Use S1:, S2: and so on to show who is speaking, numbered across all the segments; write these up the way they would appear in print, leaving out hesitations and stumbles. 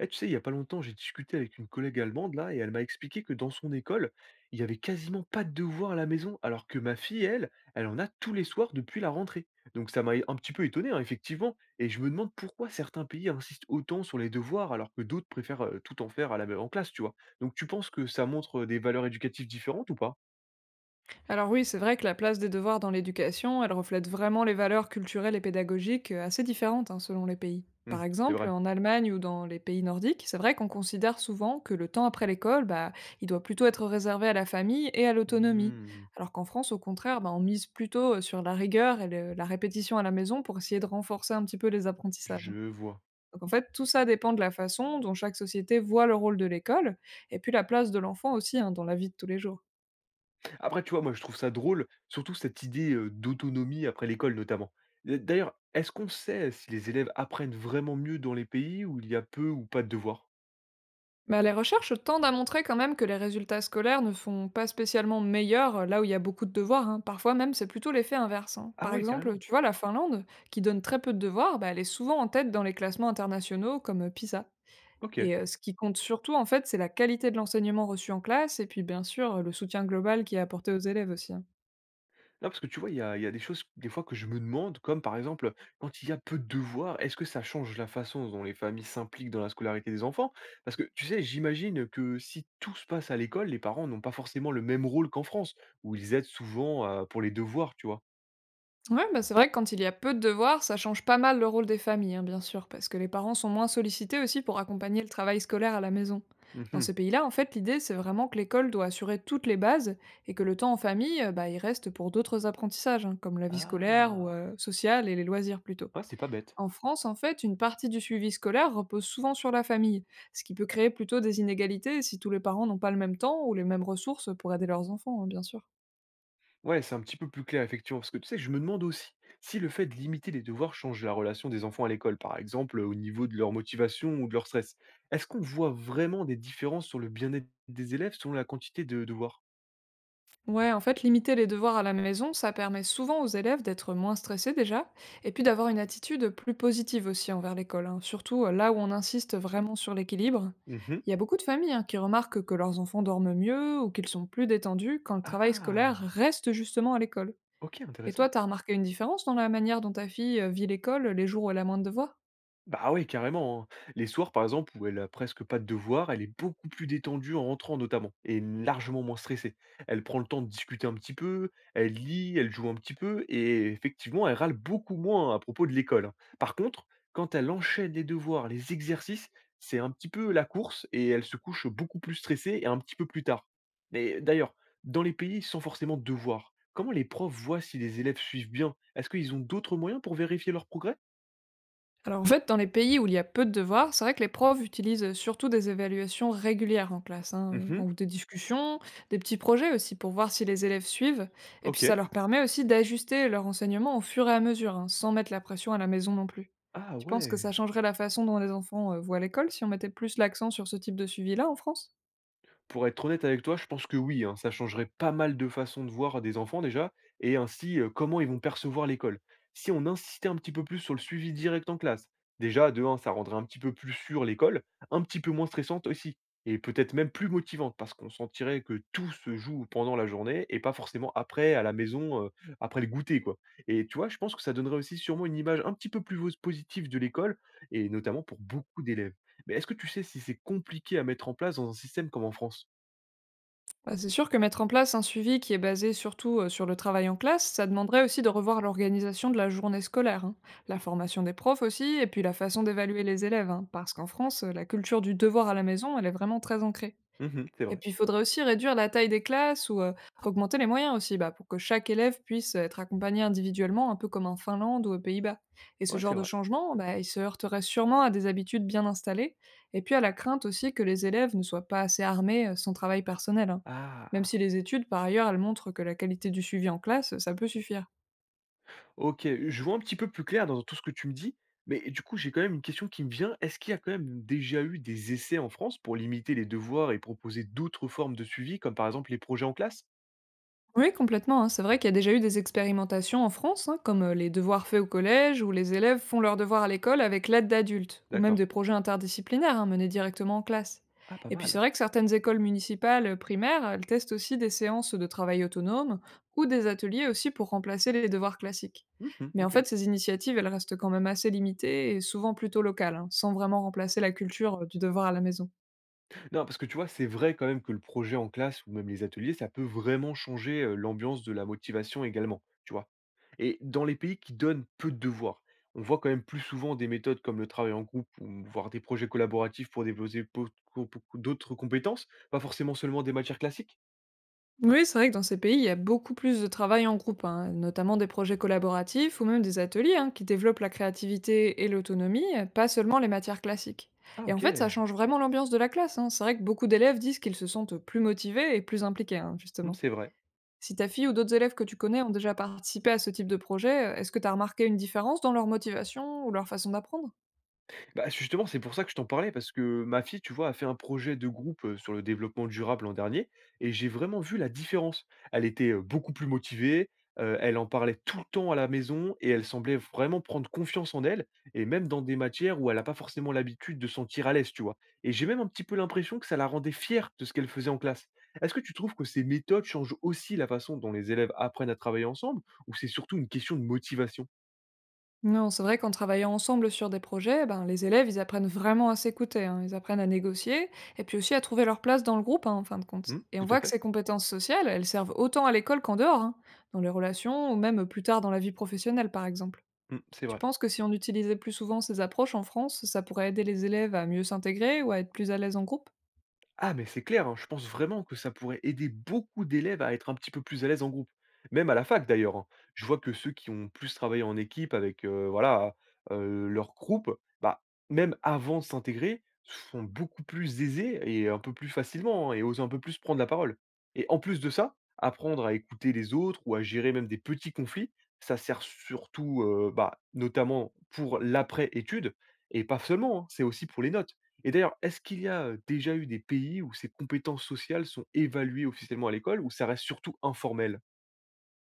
S1: Eh, tu sais, il y a pas longtemps, j'ai discuté avec une collègue allemande là, et elle m'a expliqué que dans son école, il y avait quasiment pas de devoirs à la maison, alors que ma fille, elle, elle en a tous les soirs depuis la rentrée. Donc ça m'a un petit peu étonné, hein, effectivement, et je me demande pourquoi certains pays insistent autant sur les devoirs, alors que d'autres préfèrent tout en faire en classe, tu vois. Donc tu penses que ça montre des valeurs éducatives différentes ou pas.
S2: Alors oui, c'est vrai que la place des devoirs dans l'éducation, elle reflète vraiment les valeurs culturelles et pédagogiques assez différentes hein, selon les pays.
S1: Hmm.
S2: Par
S1: C'est
S2: exemple,
S1: vrai.
S2: en Allemagne ou dans les pays nordiques, c'est vrai qu'on considère souvent que le temps après l'école, bah, il doit plutôt être réservé à la famille et à l'autonomie.
S1: Hmm,
S2: Alors qu'en France, au contraire, bah, on mise plutôt sur la rigueur et la répétition à la maison pour essayer de renforcer un petit peu les apprentissages.
S1: je vois.
S2: Donc en fait, tout ça dépend de la façon dont chaque société voit le rôle de l'école et puis la place de l'enfant aussi hein, dans la vie de tous les jours.
S1: Après, tu vois, moi, je trouve ça drôle, surtout cette idée, d'autonomie après l'école, notamment. D'ailleurs, est-ce qu'on sait si les élèves apprennent vraiment mieux dans les pays où il y a peu ou pas de devoirs?
S2: Bah, les recherches tendent à montrer quand même que les résultats scolaires ne font pas spécialement meilleurs là où il y a beaucoup de devoirs, hein. Parfois même, c'est plutôt l'effet inverse, hein.
S1: Ah
S2: Par
S1: oui,
S2: exemple,
S1: carrément.
S2: tu vois, la Finlande, qui donne très peu de devoirs, bah, elle est souvent en tête dans les classements internationaux comme PISA.
S1: OK.
S2: Et ce qui compte surtout, en fait, c'est la qualité de l'enseignement reçu en classe et puis bien sûr le soutien global qui est apporté aux élèves aussi, hein.
S1: Non, parce que tu vois, il y a des choses, des fois, que je me demande, comme par exemple, quand il y a peu de devoirs, est-ce que ça change la façon dont les familles s'impliquent dans la scolarité des enfants? Parce que, tu sais, j'imagine que si tout se passe à l'école, les parents n'ont pas forcément le même rôle qu'en France, où ils aident souvent, pour les devoirs, tu vois?
S2: Ouais, bah, c'est vrai que quand il y a peu de devoirs, ça change pas mal le rôle des familles, hein, bien sûr, parce que les parents sont moins sollicités aussi pour accompagner le travail scolaire à la maison. Dans ces
S1: Mmh.
S2: pays-là, en fait, l'idée, c'est vraiment que l'école doit assurer toutes les bases et que le temps en famille, bah, il reste pour d'autres apprentissages, hein, comme la vie scolaire ou
S1: Ah!
S2: sociale et les loisirs plutôt.
S1: Ouais, c'est pas bête.
S2: En France, en fait, une partie du suivi scolaire repose souvent sur la famille, ce qui peut créer plutôt des inégalités si tous les parents n'ont pas le même temps ou les mêmes ressources pour aider leurs enfants, hein, bien sûr.
S1: Ouais, c'est un petit peu plus clair, effectivement, parce que tu sais, je me demande aussi si le fait de limiter les devoirs change la relation des enfants à l'école, par exemple, au niveau de leur motivation ou de leur stress. Est-ce qu'on voit vraiment des différences sur le bien-être des élèves selon la quantité de devoirs?
S2: Ouais, en fait, limiter les devoirs à la maison, ça permet souvent aux élèves d'être moins stressés déjà, et puis d'avoir une attitude plus positive aussi envers l'école, hein. Surtout là où on insiste vraiment sur l'équilibre.
S1: Mhm.
S2: Il y a beaucoup de familles hein, qui remarquent que leurs enfants dorment mieux ou qu'ils sont plus détendus quand le travail scolaire
S1: Ah,
S2: reste justement à l'école.
S1: ok,
S2: Et
S1: intéressant.
S2: toi, t'as remarqué une différence dans la manière dont ta fille vit l'école les jours où elle a moins de devoirs?
S1: Bah ouais, carrément, hein. Les soirs, par exemple, où elle a presque pas de devoirs, elle est beaucoup plus détendue en rentrant notamment, et largement moins stressée. Elle prend le temps de discuter un petit peu, elle lit, elle joue un petit peu, et effectivement, elle râle beaucoup moins à propos de l'école, hein. Par contre, quand elle enchaîne les devoirs, les exercices, c'est un petit peu la course, et elle se couche beaucoup plus stressée et un petit peu plus tard. Mais d'ailleurs, dans les pays sans forcément de devoirs, comment les profs voient si les élèves suivent bien? Est-ce qu'ils ont d'autres moyens pour vérifier leur progrès?
S2: Alors en fait, dans les pays où il y a peu de devoirs, c'est vrai que les profs utilisent surtout des évaluations régulières en classe, hein,
S1: Mhm.
S2: ou des discussions, des petits projets aussi pour voir si les élèves suivent. Et puis
S1: Ok.
S2: ça leur permet aussi d'ajuster leur enseignement au fur et à mesure, hein, sans mettre la pression à la maison non plus.
S1: Ah
S2: Tu penses que
S1: ouais!
S2: ça changerait la façon dont les enfants voient l'école si on mettait plus l'accent sur ce type de suivi-là en France?
S1: Pour être honnête avec toi, je pense que oui, hein, ça changerait pas mal de façon de voir des enfants déjà et ainsi, comment ils vont percevoir l'école. Si on insistait un petit peu plus sur le suivi direct en classe, déjà de 1 ça rendrait un petit peu plus sûr l'école, un petit peu moins stressante aussi et peut-être même plus motivante parce qu'on sentirait que tout se joue pendant la journée et pas forcément après à la maison, après le goûter quoi et tu vois, je pense que ça donnerait aussi sûrement une image un petit peu plus positive de l'école et notamment pour beaucoup d'élèves. Mais est-ce que tu sais si c'est compliqué à mettre en place dans un système comme en France?
S2: Bah, c'est sûr que mettre en place un suivi qui est basé surtout sur le travail en classe, ça demanderait aussi de revoir l'organisation de la journée scolaire, hein, la formation des profs aussi, et puis la façon d'évaluer les élèves, hein, parce qu'en France, la culture du devoir à la maison, elle est vraiment très ancrée.
S1: Mmh. C'est
S2: Et
S1: vrai.
S2: puis, il faudrait aussi réduire la taille des classes ou, augmenter les moyens aussi, bah, pour que chaque élève puisse être accompagné individuellement, un peu comme en Finlande ou aux Pays-Bas. Et ce
S1: Ouais, c'est
S2: genre de
S1: vrai.
S2: changement, bah, il se heurterait sûrement à des habitudes bien installées et puis à la crainte aussi que les élèves ne soient pas assez armés, sans travail personnel, hein. Même si
S1: Ah,
S2: les études, par ailleurs, elles montrent que la qualité du suivi en classe, ça peut suffire.
S1: OK, je vois un petit peu plus clair dans tout ce que tu me dis, mais du coup, j'ai quand même une question qui me vient. Est-ce qu'il y a quand même déjà eu des essais en France pour limiter les devoirs et proposer d'autres formes de suivi, comme par exemple les projets en classe?
S2: Oui, complètement, hein. C'est vrai qu'il y a déjà eu des expérimentations en France, hein, comme les devoirs faits au collège, où les élèves font leurs devoirs à l'école avec l'aide d'adultes, ou même
S1: D'accord.
S2: des projets interdisciplinaires hein, menés directement en classe.
S1: Ah, pas
S2: Et puis c'est
S1: mal.
S2: vrai que certaines écoles municipales primaires, elles testent aussi des séances de travail autonome, ou des ateliers aussi pour remplacer les devoirs classiques.
S1: Mmh.
S2: Mais en
S1: OK.
S2: fait, ces initiatives, elles restent quand même assez limitées et souvent plutôt locales, hein, sans vraiment remplacer la culture du devoir à la maison.
S1: Non, parce que tu vois, c'est vrai quand même que le projet en classe ou même les ateliers, ça peut vraiment changer l'ambiance de la motivation également, tu vois. Et dans les pays qui donnent peu de devoirs, on voit quand même plus souvent des méthodes comme le travail en groupe ou voire des projets collaboratifs pour développer d'autres compétences, pas forcément seulement des matières classiques.
S2: Oui, c'est vrai que dans ces pays, il y a beaucoup plus de travail en groupe, hein, notamment des projets collaboratifs ou même des ateliers hein, qui développent la créativité et l'autonomie, pas seulement les matières classiques.
S1: Ah
S2: Et en
S1: ok.
S2: fait, ça change vraiment l'ambiance de la classe, hein. C'est vrai que beaucoup d'élèves disent qu'ils se sentent plus motivés et plus impliqués, hein,
S1: Hmm,
S2: justement.
S1: c'est vrai.
S2: Si ta fille ou d'autres élèves que tu connais ont déjà participé à ce type de projet, est-ce que tu as remarqué une différence dans leur motivation ou leur façon d'apprendre?
S1: Bah, justement, c'est pour ça que je t'en parlais, parce que ma fille, tu vois, a fait un projet de groupe sur le développement durable l'an dernier, et j'ai vraiment vu la différence. Elle était beaucoup plus motivée, elle en parlait tout le temps à la maison, et elle semblait vraiment prendre confiance en elle, et même dans des matières où elle n'a pas forcément l'habitude de se sentir à l'aise, tu vois. Et j'ai même un petit peu l'impression que ça la rendait fière de ce qu'elle faisait en classe. Est-ce que tu trouves que ces méthodes changent aussi la façon dont les élèves apprennent à travailler ensemble, ou c'est surtout une question de motivation?
S2: Non, c'est vrai qu'en travaillant ensemble sur des projets, ben, les élèves, ils apprennent vraiment à s'écouter, hein. Ils apprennent à négocier et puis aussi à trouver leur place dans le groupe, hein, en fin de compte.
S1: Hmm,
S2: Et on
S1: tout à
S2: voit que
S1: fait.
S2: ces compétences sociales, elles servent autant à l'école qu'en dehors, hein, dans les relations ou même plus tard dans la vie professionnelle, par exemple.
S1: Hmm, c'est
S2: Tu
S1: vrai.
S2: penses que si on utilisait plus souvent ces approches en France, ça pourrait aider les élèves à mieux s'intégrer ou à être plus à l'aise en groupe?
S1: Ah, mais c'est clair, hein, je pense vraiment que ça pourrait aider beaucoup d'élèves à être un petit peu plus à l'aise en groupe. Même à la fac d'ailleurs, hein. Je vois que ceux qui ont plus travaillé en équipe avec voilà, leur groupe, bah, même avant de s'intégrer, sont beaucoup plus aisés et un peu plus facilement hein, et osent un peu plus prendre la parole. Et en plus de ça, apprendre à écouter les autres ou à gérer même des petits conflits, ça sert surtout, bah, notamment pour l'après-étude, et pas seulement, hein, c'est aussi pour les notes. Et d'ailleurs, est-ce qu'il y a, déjà eu des pays où ces compétences sociales sont évaluées officiellement à l'école ou ça reste surtout informel?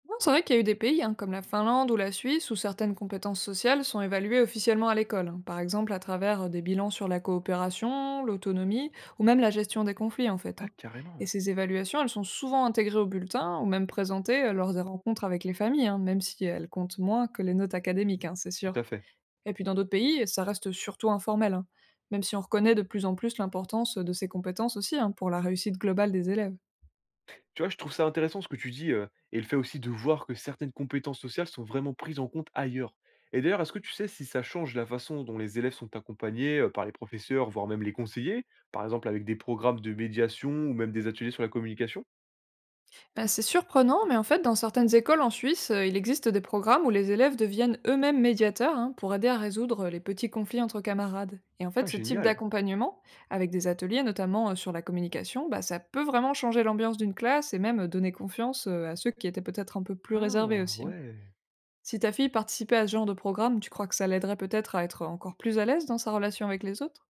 S2: Non, c'est vrai qu'il y a eu des pays, hein, comme la Finlande ou la Suisse, où certaines compétences sociales sont évaluées officiellement à l'école, hein, par exemple à travers des bilans sur la coopération, l'autonomie ou même la gestion des conflits en fait,
S1: Ah
S2: hein. Et
S1: carrément!
S2: ces évaluations, elles sont souvent intégrées au bulletin ou même présentées lors des rencontres avec les familles, hein, même si elles comptent moins que les notes académiques, hein, c'est
S1: Tout
S2: sûr.
S1: à fait.
S2: Et puis dans d'autres pays, ça reste surtout informel, hein, même si on reconnaît de plus en plus l'importance de ces compétences aussi hein, pour la réussite globale des élèves.
S1: Tu vois, je trouve ça intéressant ce que tu dis, et le fait aussi de voir que certaines compétences sociales sont vraiment prises en compte ailleurs. Et d'ailleurs, est-ce que tu sais si ça change la façon dont les élèves sont accompagnés, par les professeurs, voire même les conseillers? Par exemple avec des programmes de médiation ou même des ateliers sur la communication?
S2: Bah, c'est surprenant, mais en fait, dans certaines écoles en Suisse, il existe des programmes où les élèves deviennent eux-mêmes médiateurs hein, pour aider à résoudre les petits conflits entre camarades. Et en fait,
S1: Ah
S2: ce type
S1: génial!
S2: d'accompagnement, avec des ateliers notamment sur la communication, bah, ça peut vraiment changer l'ambiance d'une classe et même donner confiance à ceux qui étaient peut-être un peu plus réservés
S1: Ah
S2: aussi, hein.
S1: ouais!
S2: Si ta fille participait à ce genre de programme, tu crois que ça l'aiderait peut-être à être encore plus à l'aise dans sa relation avec les autres?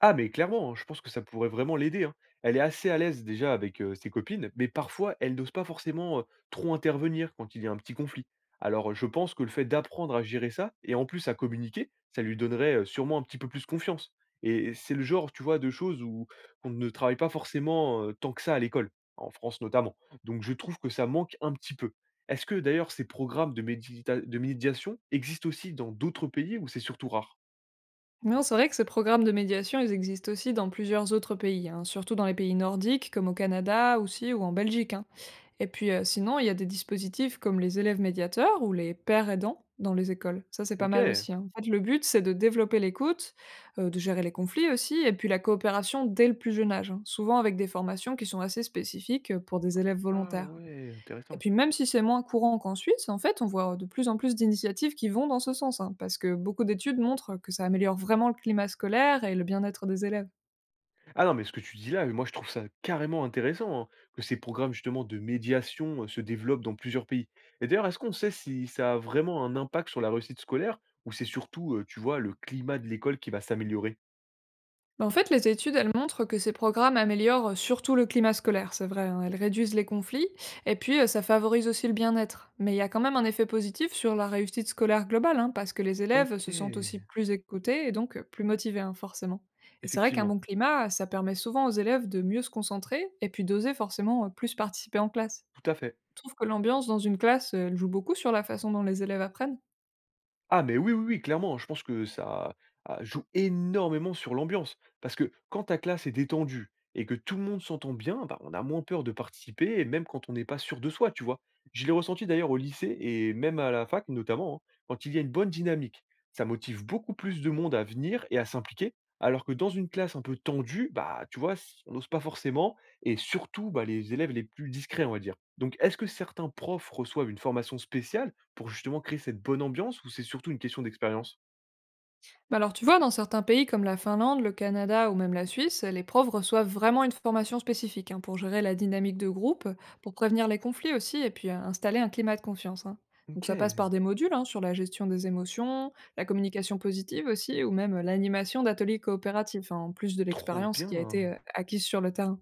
S1: Ah mais clairement, hein, je pense que ça pourrait vraiment l'aider, hein. Elle est assez à l'aise déjà avec, ses copines, mais parfois elle n'ose pas forcément, trop intervenir quand il y a un petit conflit. Alors, je pense que le fait d'apprendre à gérer ça et en plus à communiquer, ça lui donnerait, sûrement un petit peu plus confiance et c'est le genre, tu vois, de choses où on ne travaille pas forcément, tant que ça à l'école, en France notamment. Donc je trouve que ça manque un petit peu. Est-ce que d'ailleurs ces programmes de médiation existent aussi dans d'autres pays où c'est surtout rare?
S2: Non, c'est vrai que ces programmes de médiation, ils existent aussi dans plusieurs autres pays, hein, surtout dans les pays nordiques, comme au Canada aussi, ou en Belgique, hein. Et puis sinon, il y a des dispositifs comme les élèves médiateurs ou les pères aidants dans les écoles. Ça, c'est pas mal
S1: OK.
S2: aussi, hein. En fait, le but, c'est de développer l'écoute, de gérer les conflits aussi, et puis la coopération dès le plus jeune âge, hein, souvent avec des formations qui sont assez spécifiques pour des élèves
S1: Ah
S2: volontaires.
S1: ouais,
S2: Et
S1: intéressant.
S2: puis même si c'est moins courant qu'en Suisse, en fait, on voit de plus en plus d'initiatives qui vont dans ce sens, hein, parce que beaucoup d'études montrent que ça améliore vraiment le climat scolaire et le bien-être des élèves.
S1: Ah non, mais ce que tu dis là, moi je trouve ça carrément intéressant, hein, que ces programmes justement de médiation se développent dans plusieurs pays. Et d'ailleurs, est-ce qu'on sait si ça a vraiment un impact sur la réussite scolaire ou c'est surtout, tu vois, le climat de l'école qui va s'améliorer?
S2: Bah, en fait, les études, elles montrent que ces programmes améliorent surtout le climat scolaire, c'est vrai, hein, elles réduisent les conflits, et puis ça favorise aussi le bien-être. Mais il y a quand même un effet positif sur la réussite scolaire globale, hein, parce que les élèves
S1: Ok,
S2: se sentent aussi plus écoutés et donc plus motivés, hein, forcément. Et c'est vrai qu'un
S1: effectivement,
S2: bon climat, ça permet souvent aux élèves de mieux se concentrer et puis d'oser forcément plus participer en classe.
S1: tout à fait.
S2: Je trouve que l'ambiance dans une classe, elle joue beaucoup sur la façon dont les élèves apprennent.
S1: Ah mais oui, oui, oui, clairement, je pense que ça, ah, joue énormément sur l'ambiance. Parce que quand ta classe est détendue et que tout le monde s'entend bien, bah, on a moins peur de participer, et même quand on n'est pas sûr de soi, tu vois? Je l'ai ressenti d'ailleurs au lycée et même à la fac notamment, hein, quand il y a une bonne dynamique, ça motive beaucoup plus de monde à venir et à s'impliquer, alors que dans une classe un peu tendue, bah, tu vois, s on n'ose pas forcément et surtout, bah, les élèves les plus discrets, on va dire. Donc est-ce que certains profs reçoivent une formation spéciale pour justement créer cette bonne ambiance ou c'est surtout une question d'expérience?
S2: Bah, alors tu vois, dans certains pays comme la Finlande, le Canada ou même la Suisse, les profs reçoivent vraiment une formation spécifique, hein, pour gérer la dynamique de groupe, pour prévenir les conflits aussi et puis, installer un climat de confiance, hein. Donc ça passe
S1: OK,
S2: par des modules, hein, sur la gestion des émotions, la communication positive aussi ou même l'animation d'ateliers coopératifs, hein, en plus de
S1: trop
S2: l'expérience qui a été,
S1: bien.
S2: acquise sur le terrain.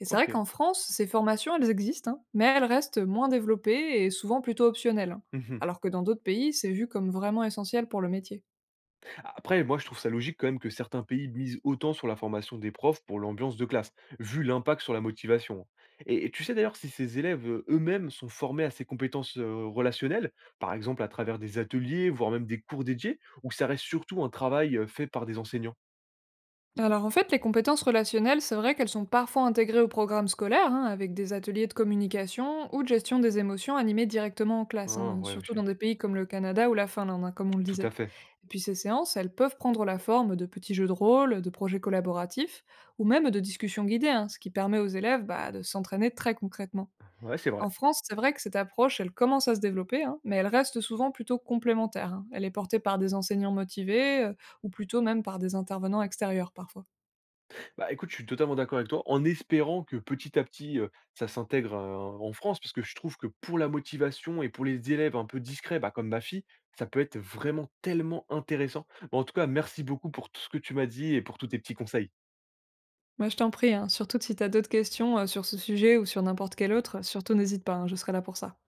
S2: Et c'est vrai
S1: OK.
S2: qu'en France, ces formations, elles existent, hein, mais elles restent moins développées et souvent plutôt optionnelles, hein.
S1: Mmh.
S2: Alors que dans d'autres pays, c'est vu comme vraiment essentiel pour le métier.
S1: Après, moi, je trouve ça logique quand même que certains pays misent autant sur la formation des profs pour l'ambiance de classe, vu l'impact sur la motivation. Et tu sais d'ailleurs si ces élèves, eux-mêmes sont formés à ces compétences, relationnelles, par exemple à travers des ateliers, voire même des cours dédiés, ou que ça reste surtout un travail, fait par des enseignants?
S2: Alors en fait, les compétences relationnelles, c'est vrai qu'elles sont parfois intégrées au programme scolaire, hein, avec des ateliers de communication ou de gestion des émotions animés directement en classe,
S1: Ah
S2: hein,
S1: ouais,
S2: surtout
S1: OK.
S2: dans des pays comme le Canada ou la Finlande, hein, comme on le
S1: Tout à
S2: disait.
S1: fait.
S2: Et puis ces séances, elles peuvent prendre la forme de petits jeux de rôle, de projets collaboratifs, ou même de discussions guidées, hein, ce qui permet aux élèves bah, de s'entraîner très concrètement.
S1: Ouais, c'est
S2: En
S1: vrai.
S2: France, c'est vrai que cette approche, elle commence à se développer, hein, mais elle reste souvent plutôt complémentaire, hein. Elle est portée par des enseignants motivés ou plutôt même par des intervenants extérieurs parfois.
S1: Bah, écoute, je suis totalement d'accord avec toi, en espérant que petit à petit, ça s'intègre, en France, parce que je trouve que pour la motivation et pour les élèves un peu discrets, bah, comme ma fille, ça peut être vraiment tellement intéressant. Bon, en tout cas, merci beaucoup pour tout ce que tu m'as dit et pour tous tes petits conseils.
S2: Moi, je t'en prie, hein, surtout si tu as d'autres questions sur ce sujet ou sur n'importe quel autre, surtout n'hésite pas, hein, je serai là pour ça.